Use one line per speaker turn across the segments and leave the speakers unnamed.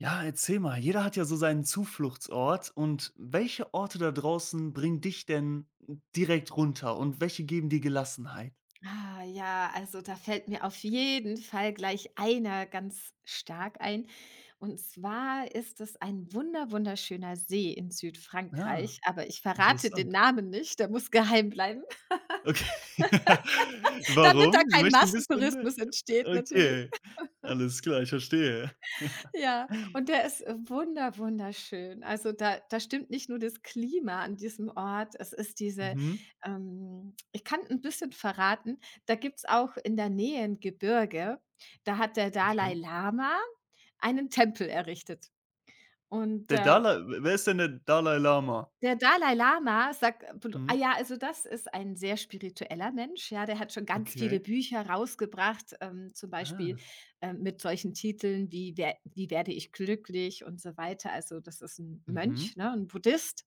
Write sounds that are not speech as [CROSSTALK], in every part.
Ja, erzähl mal, jeder hat ja so seinen Zufluchtsort, und welche Orte da draußen bringen dich denn direkt runter und welche geben dir Gelassenheit?
Ah, ja, also da fällt mir auf jeden Fall gleich einer ganz stark ein. Und zwar ist es ein wunderschöner See in
Ah,
Südfrankreich, aber ich verrate
interessant.
den Namen nicht, der muss geheim bleiben,
Okay. [LAUGHS]
[LAUGHS] damit da
Warum? Du
kein
möchtest so ein bisschen.
Massentourismus entsteht natürlich.
Okay, alles klar, ich verstehe.
Ja,
[LAUGHS]
und der ist wunderschön. Also, da stimmt nicht nur das Klima an diesem Ort, es ist diese
Mhm,
ich kann ein bisschen verraten, da gibt's auch in der Nähe 'n Gebirge, da hat der Dalai
okay.
Lama einen Tempel errichtet und,
Der Dalai Wer ist denn der Dalai Lama?
der Dalai Lama sagt ah
Mhm,
ja, also das ist ein sehr spiritueller Mensch, ja, der hat schon ganz viele
okay.
Bücher rausgebracht, zum Beispiel,
Ah,
mit solchen Titeln wie „Wer wie werde ich glücklich“ und so weiter. Also, das ist ein Mönch,
mhm.
ne, ein Buddhist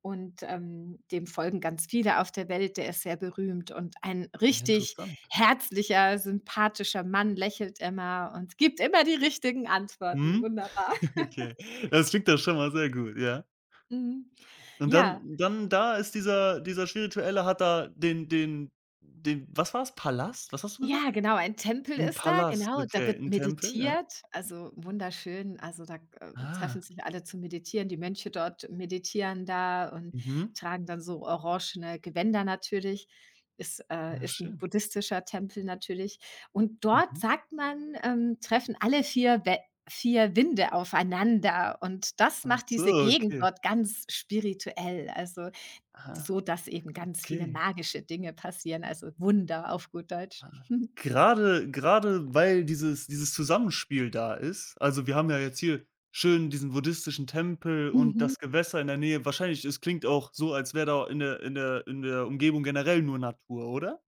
und, dem folgen ganz viele auf der Welt. Der ist sehr berühmt und ein
Ja,
richtig
interessant.
herzlicher, sympathischer Mann, lächelt immer und gibt immer die richtigen Antworten.
Mhm,
Wunderbar.
[LAUGHS]
[LAUGHS]
okay. Das klingt doch schon mal sehr gut, ja.
Mhm.
Und
Ja.
dann da ist dieser Spirituelle, hat da den was war es? Palast? Was hast du gesagt?
Ja, genau, ein Tempel
Ein
ist da,
Palast,
genau, da
okay,
wird
ein Tempel, ja.
meditiert, also wunderschön. Also, da,
Ah,
treffen sich alle zum Meditieren. Die Mönche dort meditieren da und
mhm.
tragen dann so orangene Gewänder natürlich. Ist,
Ja,
ist ein
schön.
buddhistischer Tempel natürlich. Und dort,
Mhm.
sagt man, treffen alle 4 Wä vier Winde aufeinander und das
Ach
macht
so,
diese Gegend
okay.
dort ganz spirituell, also
Aha,
so, dass eben ganz viele
okay.
magische Dinge passieren, also Wunder auf gut Deutsch.
Ah.
[LAUGHS]
gerade grade weil dieses Zusammenspiel da ist, also, wir haben ja jetzt hier schön diesen buddhistischen Tempel und
Mhm.
das Gewässer in der Nähe. Wahrscheinlich, es klingt auch so, als wäre da in der Umgebung generell nur Natur, oder?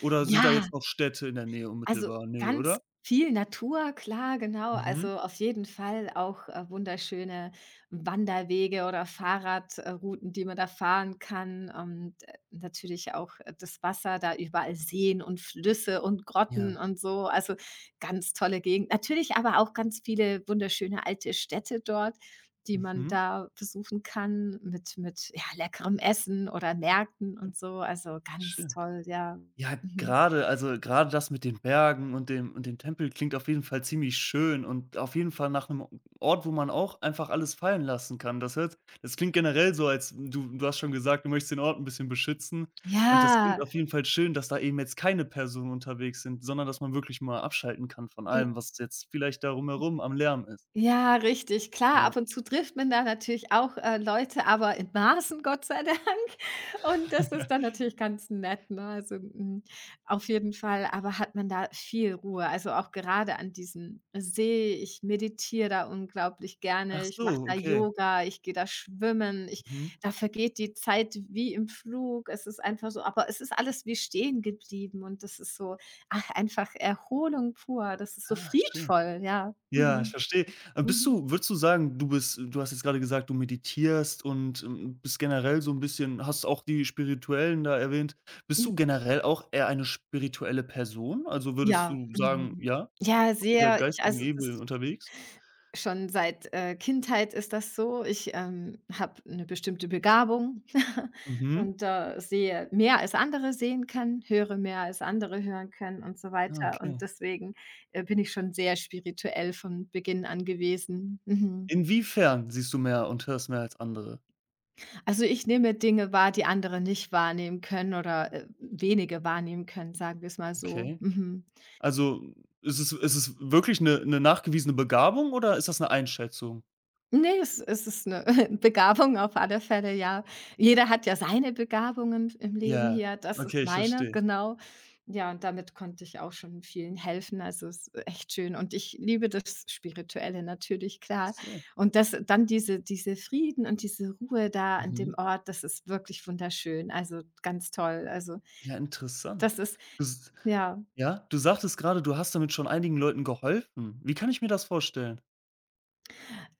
Oder sind da
Ja,
jetzt noch Städte in der Nähe
also
unmittelbar? Ne,
ganz
oder?
viel Natur, klar, genau. Also
Mhm.
auf jeden Fall auch wunderschöne Wanderwege oder Fahrradrouten, die man da fahren kann. Und natürlich auch das Wasser, da überall Seen und Flüsse und
Ja.
Grotten und so. Also ganz tolle Gegend. Natürlich aber auch ganz viele wunderschöne alte Städte dort, die man
Mhm.
da besuchen kann mit ja, leckerem Essen oder Märkten und so. Also ganz
Schön.
toll, ja.
Ja,
Mhm.
grade, also, grade das mit den Bergen und dem Tempel klingt auf jeden Fall ziemlich schön und auf jeden Fall nach 'nem Ort, wo man auch einfach alles fallen lassen kann. Das klingt generell so, als, du hast schon gesagt, du möchtest den Ort 'n bisschen beschützen, und das klingt
Ja,
auf jeden Fall schön, dass da eben jetzt keine Personen unterwegs sind, sondern dass man wirklich mal abschalten kann von
i
allem, was jetzt vielleicht da drumherum am Lärm ist.
Ja, richtig, klar. Ab
Ja.
und zu trifft man da natürlich auch, Leute, aber in Maßen, Gott sei Dank. [LAUGHS] Und das ist dann
[LAUGHS]
natürlich ganz nett, ne? Also, hm, auf jeden Fall, aber hat man da viel Ruhe. Also, auch gerade an diesem See, ich meditiere da unglaublich gerne,
Ach
ich mache
so,
da
okay.
Yoga, ich gehe da schwimmen, ich
Mhm.
da vergeht die Zeit wie im Flug. Es ist einfach so aber es ist alles wie stehen geblieben und das ist so, ach, einfach Erholung pur. Das ist so
Ah, schön.
friedvoll, ja.
Ja, ich
Mhm.
verstehe. Bist
Mhm,
du Würdest du sagen, du hast jetzt gerade gesagt, du meditierst und, bist generell so ein bisschen, hast auch die Spirituellen da erwähnt. Bist
mhm.
du generell auch eher eine spirituelle Person? Also, würdest
Ja,
du sagen,
mhm.
ja,
Ja,
auf dieser
sehr. Ich
geistigen
also, das
Ebene unterwegs?
schon seit, Kindheit ist das so. Ich, habe eine bestimmte Begabung [LAUGHS]
Mhm.
und, sehe mehr als andere sehen können, höre mehr als andere hören können und so
Ah,
weiter. Und
okay.
deswegen, bin ich schon sehr spirituell von Beginn an gewesen. Mhm.
Inwiefern siehst du mehr und hörst mehr als andere?
Also, ich nehme Dinge wahr, die andere nicht wahrnehmen können oder, wenige wahrnehmen können, sagen wir es mal so.
Okay.
Mhm.
Also, ist es wirklich eine nachgewiesene Begabung, oder ist das eine Einschätzung?
Ne, es ist eine [LAUGHS] Begabung auf alle Fälle, ja. Jeder hat ja seine Begabungen im Leben
Ja,
hier. Das ist
okay, ich
meine,
verstehe.
genau. Ja, und damit konnte ich auch schon vielen helfen. Also, es ist echt schön und ich liebe das Spirituelle natürlich,
Ach
klar.
so.
Und das dann diese Frieden und diese Ruhe da an dem
Mhm.
Ort, das ist wirklich wunderschön. Also, ganz toll. Also,
Ja,
das
interessant.
ist
Du s
ja.
Ja, du sagtest gerade, du hast damit schon einigen Leuten geholfen. Wie kann ich mir das vorstellen?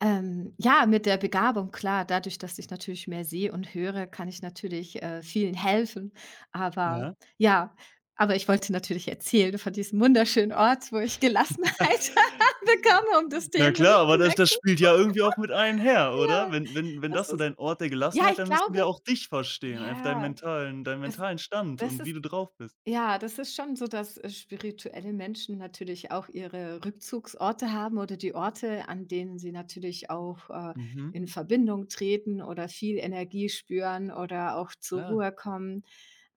Ja, mit der Begabung, klar, dadurch, dass ich natürlich mehr sehe und höre, kann ich natürlich, vielen helfen. Aber
Ja.
ja, aber ich wollte natürlich erzählen von diesem wunderschönen Ort, wo ich Gelassenheit [LAUGHS]
[LAUGHS]
bekomme, um das
Na
Thema
klar,
nicht zu
aber das
wechseln.
spielt ja irgendwie auch mit einher,
Ja,
oder? Wenn
das
das so
ist
dein Ort der
ja,
Gelassenheit,
ich
dann müssen wir
glaube
auch dich verstehen, einfach deinen
ja,
mentalen deinen
das
mentalen Stand
das
und wie
ist
du drauf bist.
Ja, das ist schon so, dass, spirituelle Menschen natürlich auch ihre Rückzugsorte haben oder die Orte, an denen sie natürlich auch,
Mhm,
in Verbindung treten oder viel Energie spüren oder auch zur
klar.
Ruhe kommen.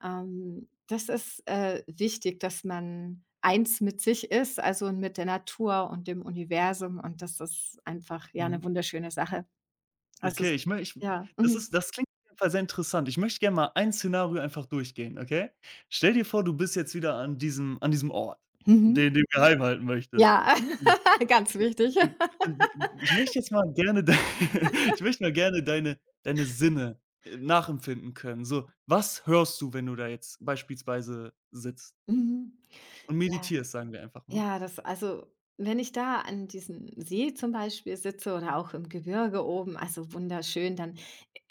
Das ist, wichtig, dass man eins mit sich ist, also mit der Natur und dem Universum und das ist einfach, ja, eine
Mhm.
wunderschöne Sache. Also es
Okay, ich meine, ich
ja, mhm.
das klingt auf jeden Fall sehr interessant. Ich möchte gerne mal ein Szenario einfach durchgehen, okay? Stell dir vor, du bist jetzt wieder an diesem Ort,
Mhm.
den du geheim halten möchtest.
Ja,
Ja.
[LAUGHS] ganz wichtig. [LAUGHS]
Und und ich möchte jetzt mal gerne dei [LAUGHS] ich möchte mal gerne deine Sinne, nachempfinden können. So, was hörst du, wenn du da jetzt beispielsweise sitzt
Mhm.
und
Ja.
meditierst, sagen wir einfach mal?
Ja, das also wenn ich da an diesem See zum Beispiel sitze oder auch im Gebirge oben, also wunderschön, dann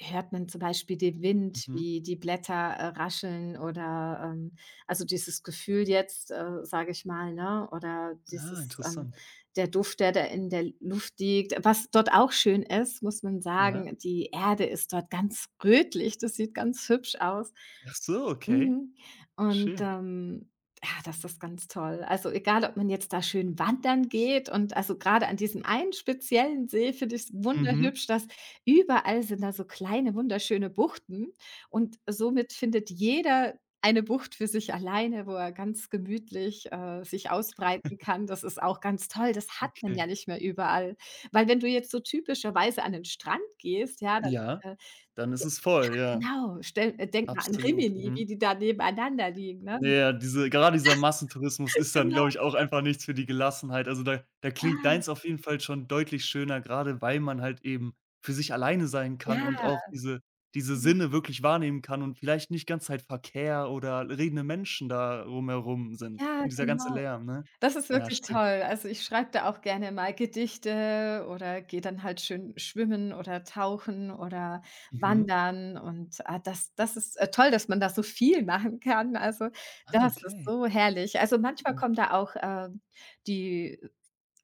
hört man zum Beispiel den Wind,
Mhm.
wie die Blätter, rascheln oder, also dieses Gefühl jetzt, sage ich mal, ne, oder
Ah,
dieses,
interessant.
der Duft, der da in der Luft liegt. Was dort auch schön ist, muss man
Ja.
sagen, die Erde ist dort ganz rötlich, das sieht ganz hübsch aus.
Ach so, okay.
Mhm. Und,
Schön.
ja, das ist ganz toll. Also, egal, ob man jetzt da schön wandern geht und also, gerade an diesem einen speziellen See finde ich es
Mhm.
wunderhübsch, dass überall sind da so kleine wunderschöne Buchten und somit findet jeder eine Bucht für sich alleine, wo er ganz gemütlich, sich ausbreiten
[LAUGHS]
kann. Das ist auch ganz toll. Das hat man ja
Okay.
nicht mehr überall, weil wenn du jetzt so typischerweise an den Strand gehst, ja, dann,
Ja.
äh
Dann ist es voll, ja,
Genau, stell denk mal an
absolut.
Rimini, wie
Mhm.
die da nebeneinander liegen, ne?
Ja, diese gerade dieser Massentourismus ist dann,
Genau,
glaube ich, auch einfach nichts für die Gelassenheit. Also, da klingt
ja,
deins auf jeden Fall schon deutlich schöner, grade weil man halt eben für sich alleine sein kann
ja,
und auch diese
mhm,
Sinne wirklich wahrnehmen kann, und vielleicht nicht ganze Zeit Verkehr oder redende Menschen da rumherum sind
ja,
und dieser ganze
genau.
Lärm, ne?
Das ist
Ja,
wirklich
stimmt.
toll. Also, ich schreibe da auch gerne mal Gedichte oder gehe dann halt schön schwimmen oder tauchen oder
Mhm.
wandern und, ah, das ist, toll, dass man da so viel machen kann. Also,
Ah,
das ist
okay.
so herrlich. Also, manchmal
Mhm.
kommen da auch, die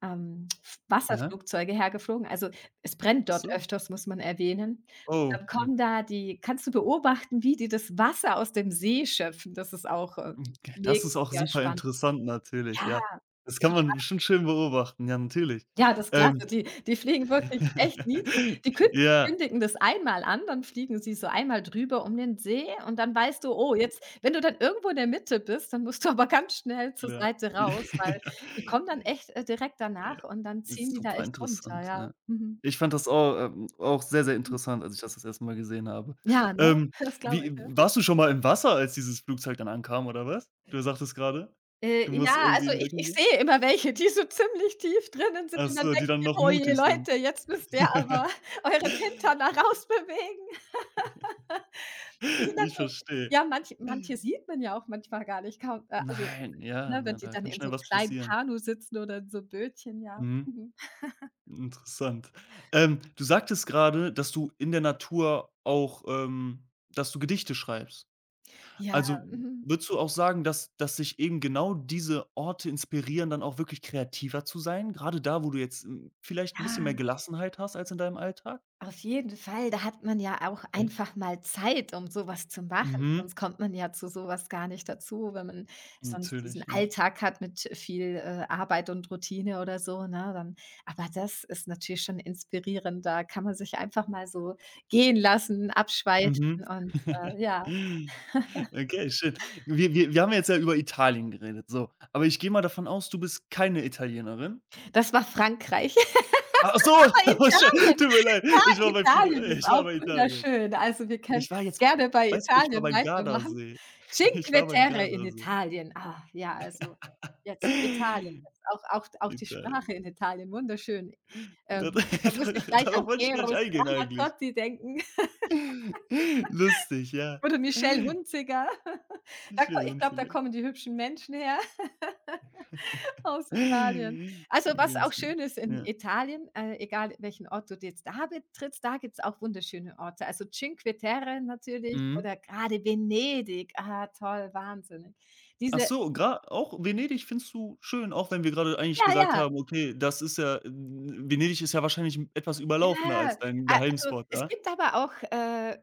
F
Ja?
Wasserflugzeuge hergeflogen. Also, es brennt
Ach
dort
so.
öfters, muss man erwähnen. Dann
Oh. Mhm.
kommen da die kannst du beobachten, wie die das Wasser aus dem See schöpfen. Das ist auch,
Okay, das ist auch
mega
super
spannend.
interessant natürlich,
Ja,
ja. Das kann man bestimmt schön beobachten, ja, natürlich.
ja, das ist klasse.
Ähm,
Die fliegen wirklich echt niedrig. Die
[LAUGHS]
kün
ja,
kündigen das einmal an, dann fliegen sie so einmal drüber um den See und dann weißt du: „Oh, jetzt“ wenn du dann irgendwo in der Mitte bist, dann musst du aber ganz schnell zur
klar.
Seite raus, weil
[LAUGHS]
die kommen
Ja,
dann echt, direkt danach und dann ziehen
ist
die da
super
echt runter,
interessant,
ja.
ja.
Mhm.
Ich fand das auch, auch sehr, sehr interessant, als ich das erste Mal gesehen habe.
Ja, ne?
Ähm,
[LAUGHS] Das glaube
Wie
ich, ja.
warst du schon mal im Wasser, als dieses Flugzeug dann ankam, oder was? Du sagtest gerade, du musst
Ja,
irgendwie
also
in
ich
Deckung
ich
gehen?
sehe immer welche, die so ziemlich tief drinnen sind
Ach
und dann
so, die
denke
dann
ich
noch
immer: „Oh je,
mutig sind.
Leute, jetzt müsst ihr aber
[LAUGHS]
[LAUGHS] euren Hintern da rausbewegen.“ Die sind dann
Ich
so
verstehe.
ja, manche sieht man ja auch manchmal gar nicht, kaum also,
Nein, ja,
ne, wenn
ne,
die
da
dann
kann
in so
schnell was
kleinen
passieren.
Kanu sitzen oder in so Bötchen, ja.
Mhm,
Mhm.
interessant. Du sagtest gerade, dass du in der Natur auch, dass du Gedichte schreibst.
Ja,
Also,
Mhm.
würdest du auch sagen, dass sich eben genau diese Orte inspirieren, dann auch wirklich kreativer zu sein? Gerade da, wo du jetzt, vielleicht ein bisschen mehr
ja,
Gelassenheit hast als in deinem Alltag?
auf jeden Fall. Da hat man ja auch
Okay.
einfach mal Zeit, um so was zu machen.
Mhm.
Sonst kommt man ja zu so was gar nicht dazu, wenn man sonst diesen
Natürlich, ja.
Alltag hat mit viel, Arbeit und Routine oder so, ne, dann aber das ist natürlich schon inspirierend. Da kann man sich einfach mal so gehen lassen, abschweifen
Mhm.
und,
[LAUGHS]
ja.
Okay, schön. Wir haben ja jetzt ja über Italien geredet, so. Aber ich gehe mal davon aus, du bist keine Italienerin?
Das war Frankreich.
Ach so,
[LAUGHS] Aber
[LAUGHS] oh sche
Italien,
tut mir leid.
ja, Italien ist
Ich war
auch
bei Italien.
wunderschön. Also, wir können
Ich war jetzt
gerne bei
Weißt du, wo ich war?
Italien
Beim
weitermachen.
Gardasee. [LAUGHS] Ich
Cinque
war beim
Terre in
Gardasee.
Italien. Ah, ja, also jetzt Italien. Das ist Auch auch
[LAUGHS]
auch die
Italien.
Sprache in Italien, wunderschön.
Da [LAUGHS]
Ähm, da muss ich gleich an
Darauf wollte ich gar nicht
Eros
eingehen eigentlich.
Ramazzotti denken [LAUGHS]
[LAUGHS] Lustig, ja.
oder Michelle Hunziker. [LAUGHS] Da ko
Schön,
ich glaube, da
unzugeben.
kommen die hübschen Menschen her. [LAUGHS]
[LAUGHS]
Aus Italien.
Die
Also, was auch
ganzen,
schön ist in
ja.
Italien, egal welchen Ort du jetzt da betrittst, da gibt's auch wunderschöne Orte. Also, Cinque Terre natürlich
Mhm.
oder gerade Venedig. Ah, toll, wahnsinnig.
Ach
Diese
so, gra auch Venedig findest du schön, auch wenn wir gerade eigentlich
ja,
gesagt
ja,
haben: „Okay, das ist ja n Venedig ist ja wahrscheinlich etwas überlaufener
ja.
als dein
A also,
Geheimspot",
es
ja?
gibt aber auch,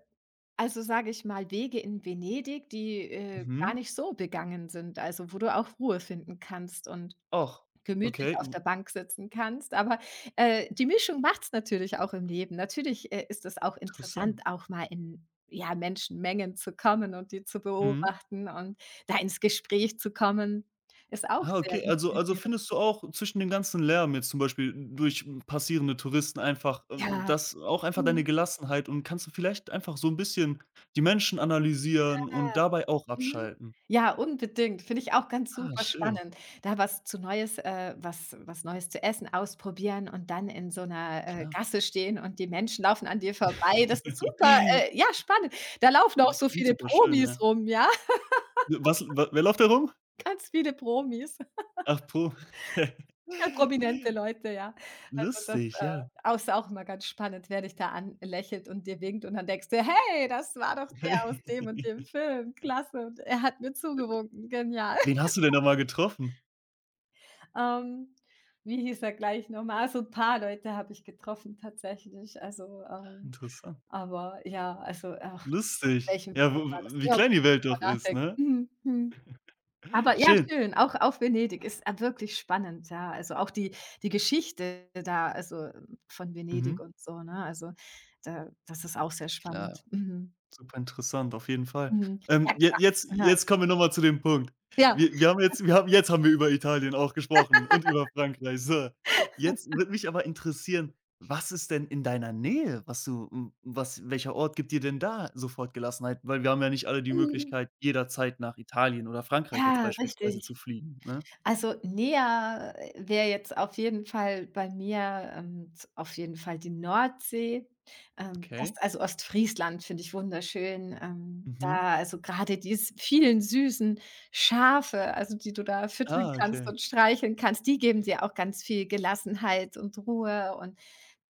also, sage ich mal, Wege in Venedig, die, gar
Mhm.
nicht so begangen sind, also, wo du auch Ruhe finden kannst und
Auch.
gemütlich
Okay,
auf
w
der Bank sitzen kannst. Aber, die Mischung macht's natürlich auch im Leben. Natürlich, ist es auch
interessant.
interessant, auch mal in, ja, Menschenmengen zu kommen und die zu
Mhm.
beobachten und da ins Gespräch zu kommen, ist auch
Ah,
sehr
okay, also
inspirierend.
findest du auch zwischen dem ganzen Lärm jetzt, zum Beispiel durch passierende Touristen, einfach,
Ja,
das auch einfach
mhm.
deine Gelassenheit, und kannst du vielleicht einfach so 'n bisschen die Menschen analysieren und dabei auch
Mhm.
abschalten?
Ja, unbedingt. Finde ich auch ganz
Ah,
super
schön,
spannend, da was zu Neues was was Neues zu essen ausprobieren und dann in so einer
klar.
Gasse stehen und die Menschen laufen an dir vorbei. Das ist super,
[LAUGHS]
ja, spannend. Da laufen auch so
Klingt
viele
super schön,
Promis
ja.
rum, ja, [LAUGHS]
Was wa Wer läuft da rum?
ganz viele Promis,
Ach, Po. Okay.
ja, prominente Leute, ja. Also, das,
Lustig, ja.
ist auch immer ganz spannend, wer dich da anlächelt und dir winkt und dann denkst du: „Hey, das war doch der
Okay.
aus dem und dem Film. Klasse und er hat mir zugewunken. Genial.“
Wen hast du denn da mal getroffen?
Ähm, wie hieß er gleich nochmal, So ein paar Leute habe ich getroffen tatsächlich. Also,
Interessant.
aber ja, also, ach, aus
Lustig.
welchem
Ja, w
Film war das?
w wie
Ja,
klein
müsste
die
ich
Welt
noch mal
doch ist,
nachdenken.
ne?
Mhm, mhm. Aber ja,
Schön.
schön, auch auch Venedig ist, wirklich spannend, ja. Also, auch die Geschichte da, also, von
Mhm.
Venedig und so, ne? Also, da das ist auch sehr spannend.
Klar.
Mhm,
Super interessant, auf jeden Fall.
mhm. Ja,
Je
klar.
jetzt
Ja,
jetzt kommen wir noch mal zu dem Punkt.
ja.
Wir wir haben jetzt Haben wir über Italien auch gesprochen und über Frankreich. So, jetzt würde mich aber interessieren, was ist denn in deiner Nähe, was du hm, was welcher Ort gibt dir denn da sofort Gelassenheit? Weil wir haben ja nicht alle die
Mhm. mhm.
Möglichkeit, jederzeit nach Italien oder Frankreich jetzt
Ja,
beispielsweise zu
richtig.
fliegen, ne?
Also, näher wäre jetzt auf jeden Fall bei mir, z auf jeden Fall die Nordsee. Das
Okay.
also, Ostfriesland finde ich wunderschön.
Mhm.
Da also, gerade die s vielen süßen Schafe, also, die du da füttern
Ah,
kannst
okay.
und streicheln kannst, die geben dir auch ganz viel Gelassenheit und Ruhe und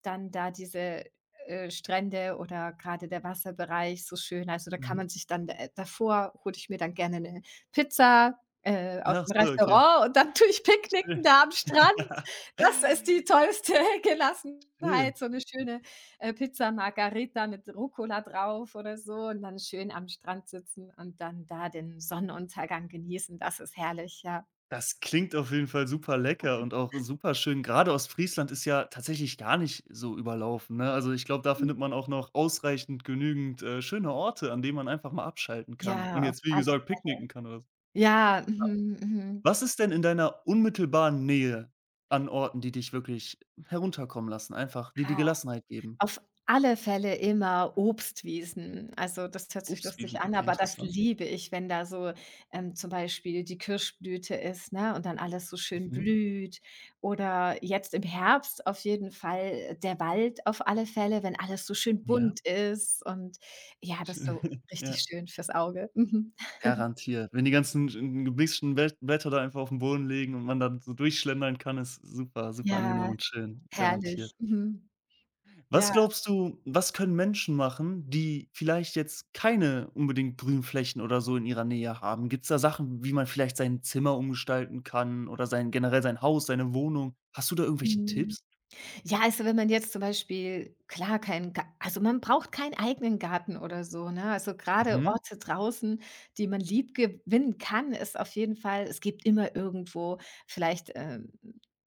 dann da diese, Strände oder gerade der Wasserbereich so schön. Also, da kann
Mhm.
man sich dann, davor hole ich mir dann gerne eine Pizza aus
Ach
dem
so, okay.
Restaurant und dann [LAUGHS] tue ich picknicken da am Strand.
[LAUGHS]
Das ist die
Schön.
tollste [LAUGHS]
Schön.
Gelassenheit, so 'ne schöne, Pizza Margherita mit Rucola drauf oder so und dann schön am Strand sitzen und dann da den Sonnenuntergang genießen. Das ist herrlich, ja.
Das klingt auf jeden Fall super lecker und auch super schön. Grade Ostfriesland ist ja tatsächlich gar nicht so überlaufen, ne? Also, ich glaube, da findet man auch noch ausreichend genügend, schöne Orte, an denen man einfach mal abschalten kann und
Ja, auf
jetzt, wie
alle.
gesagt, picknicken kann oder so.
Ja,
Ah,
mhm, mhm.
was ist denn in deiner unmittelbaren Nähe an Orten, die dich wirklich herunterkommen lassen, einfach die die
Ah.
Gelassenheit geben?
Auf alle Fälle immer Obstwiesen. Also, das hört sich
Obstwiesen,
lustig an,
okay,
aber das
interessant.
liebe ich, wenn da so, zum Beispiel die Kirschblüte ist, ne, und dann alles so schön
Mhm.
blüht. Oder jetzt im Herbst auf jeden Fall der Wald auf alle Fälle, wenn alles so schön
Ja,
bunt ist und ja, das ist so
[LAUGHS]
richtig
ja.
schön fürs Auge. Mhm.
Garantiert. Wenn die ganzen sch gemischten Blätter da einfach aufm Boden liegen und man dann so durchschlendern kann, ist super, super angenehm
Ja,
und schön,
herrlich.
garantiert.
Mhm.
Was
Ja.
glaubst du, was können Menschen machen, die vielleicht jetzt keine unbedingt Grünflächen oder so in ihrer Nähe haben? Gibt's da Sachen, wie man vielleicht sein Zimmer umgestalten kann oder sein generell sein Haus, seine Wohnung? Hast du da irgendwelche
Mhm.
Tipps?
Ja, also, wenn man jetzt zum Beispiel klar, kein also, man braucht keinen eigenen Garten oder so, ne? Also, gerade
Mhm.
Orte draußen, die man lieb gewinnen kann, ist auf jeden Fall es gibt immer irgendwo vielleicht,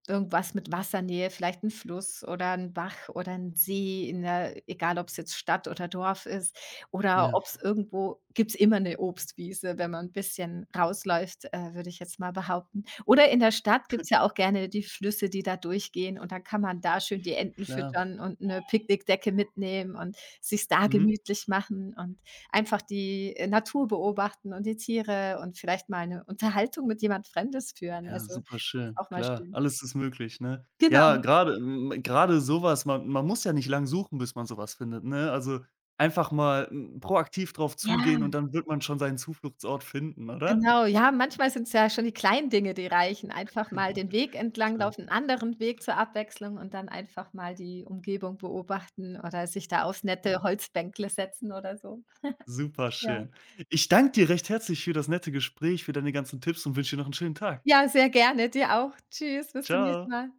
irgendwas mit Wassernähe, vielleicht ein Fluss oder ein Bach oder ein See in der egal ob es jetzt Stadt oder Dorf ist oder
Ja,
ob es irgendwo gibt's immer eine Obstwiese, wenn man ein bisschen rausläuft, würde ich jetzt mal behaupten. Oder in der Stadt gibt's ja auch gerne die Flüsse, die da durchgehen und dann kann man da schön die Enten
klar.
füttern und eine Picknickdecke mitnehmen und sich da
Mhm.
gemütlich machen und einfach die, Natur beobachten und die Tiere und vielleicht mal eine Unterhaltung mit jemand Fremdes führen.
Ja,
Also,
super
ist
schön.
auch mal
Klar,
schön.
alles ist möglich, ne? Ja,
Genau.
gerade, grade so man muss ja nicht lang suchen, bis man sowas findet, ne? Also, einfach mal, proaktiv drauf
Ja,
zugehen, und dann wird man schon seinen Zufluchtsort finden, oder?
genau. Ja, manchmal sind es ja schon die kleinen Dinge, die reichen. Einfach mal den
[LAUGHS]
Weg entlang,
Klar,
auf einen anderen Weg zur Abwechslung und dann einfach mal die Umgebung beobachten oder sich da aufs nette
ja,
Holzbänkle setzen oder so.
super
Ja.
schön. Ich danke dir recht herzlich für das nette Gespräch, für deine ganzen Tipps, und wünsche dir noch 'n schönen Tag.
Ja, sehr gerne. Dir auch. Tschüss, bis zum nächsten
Tschau.
Mal.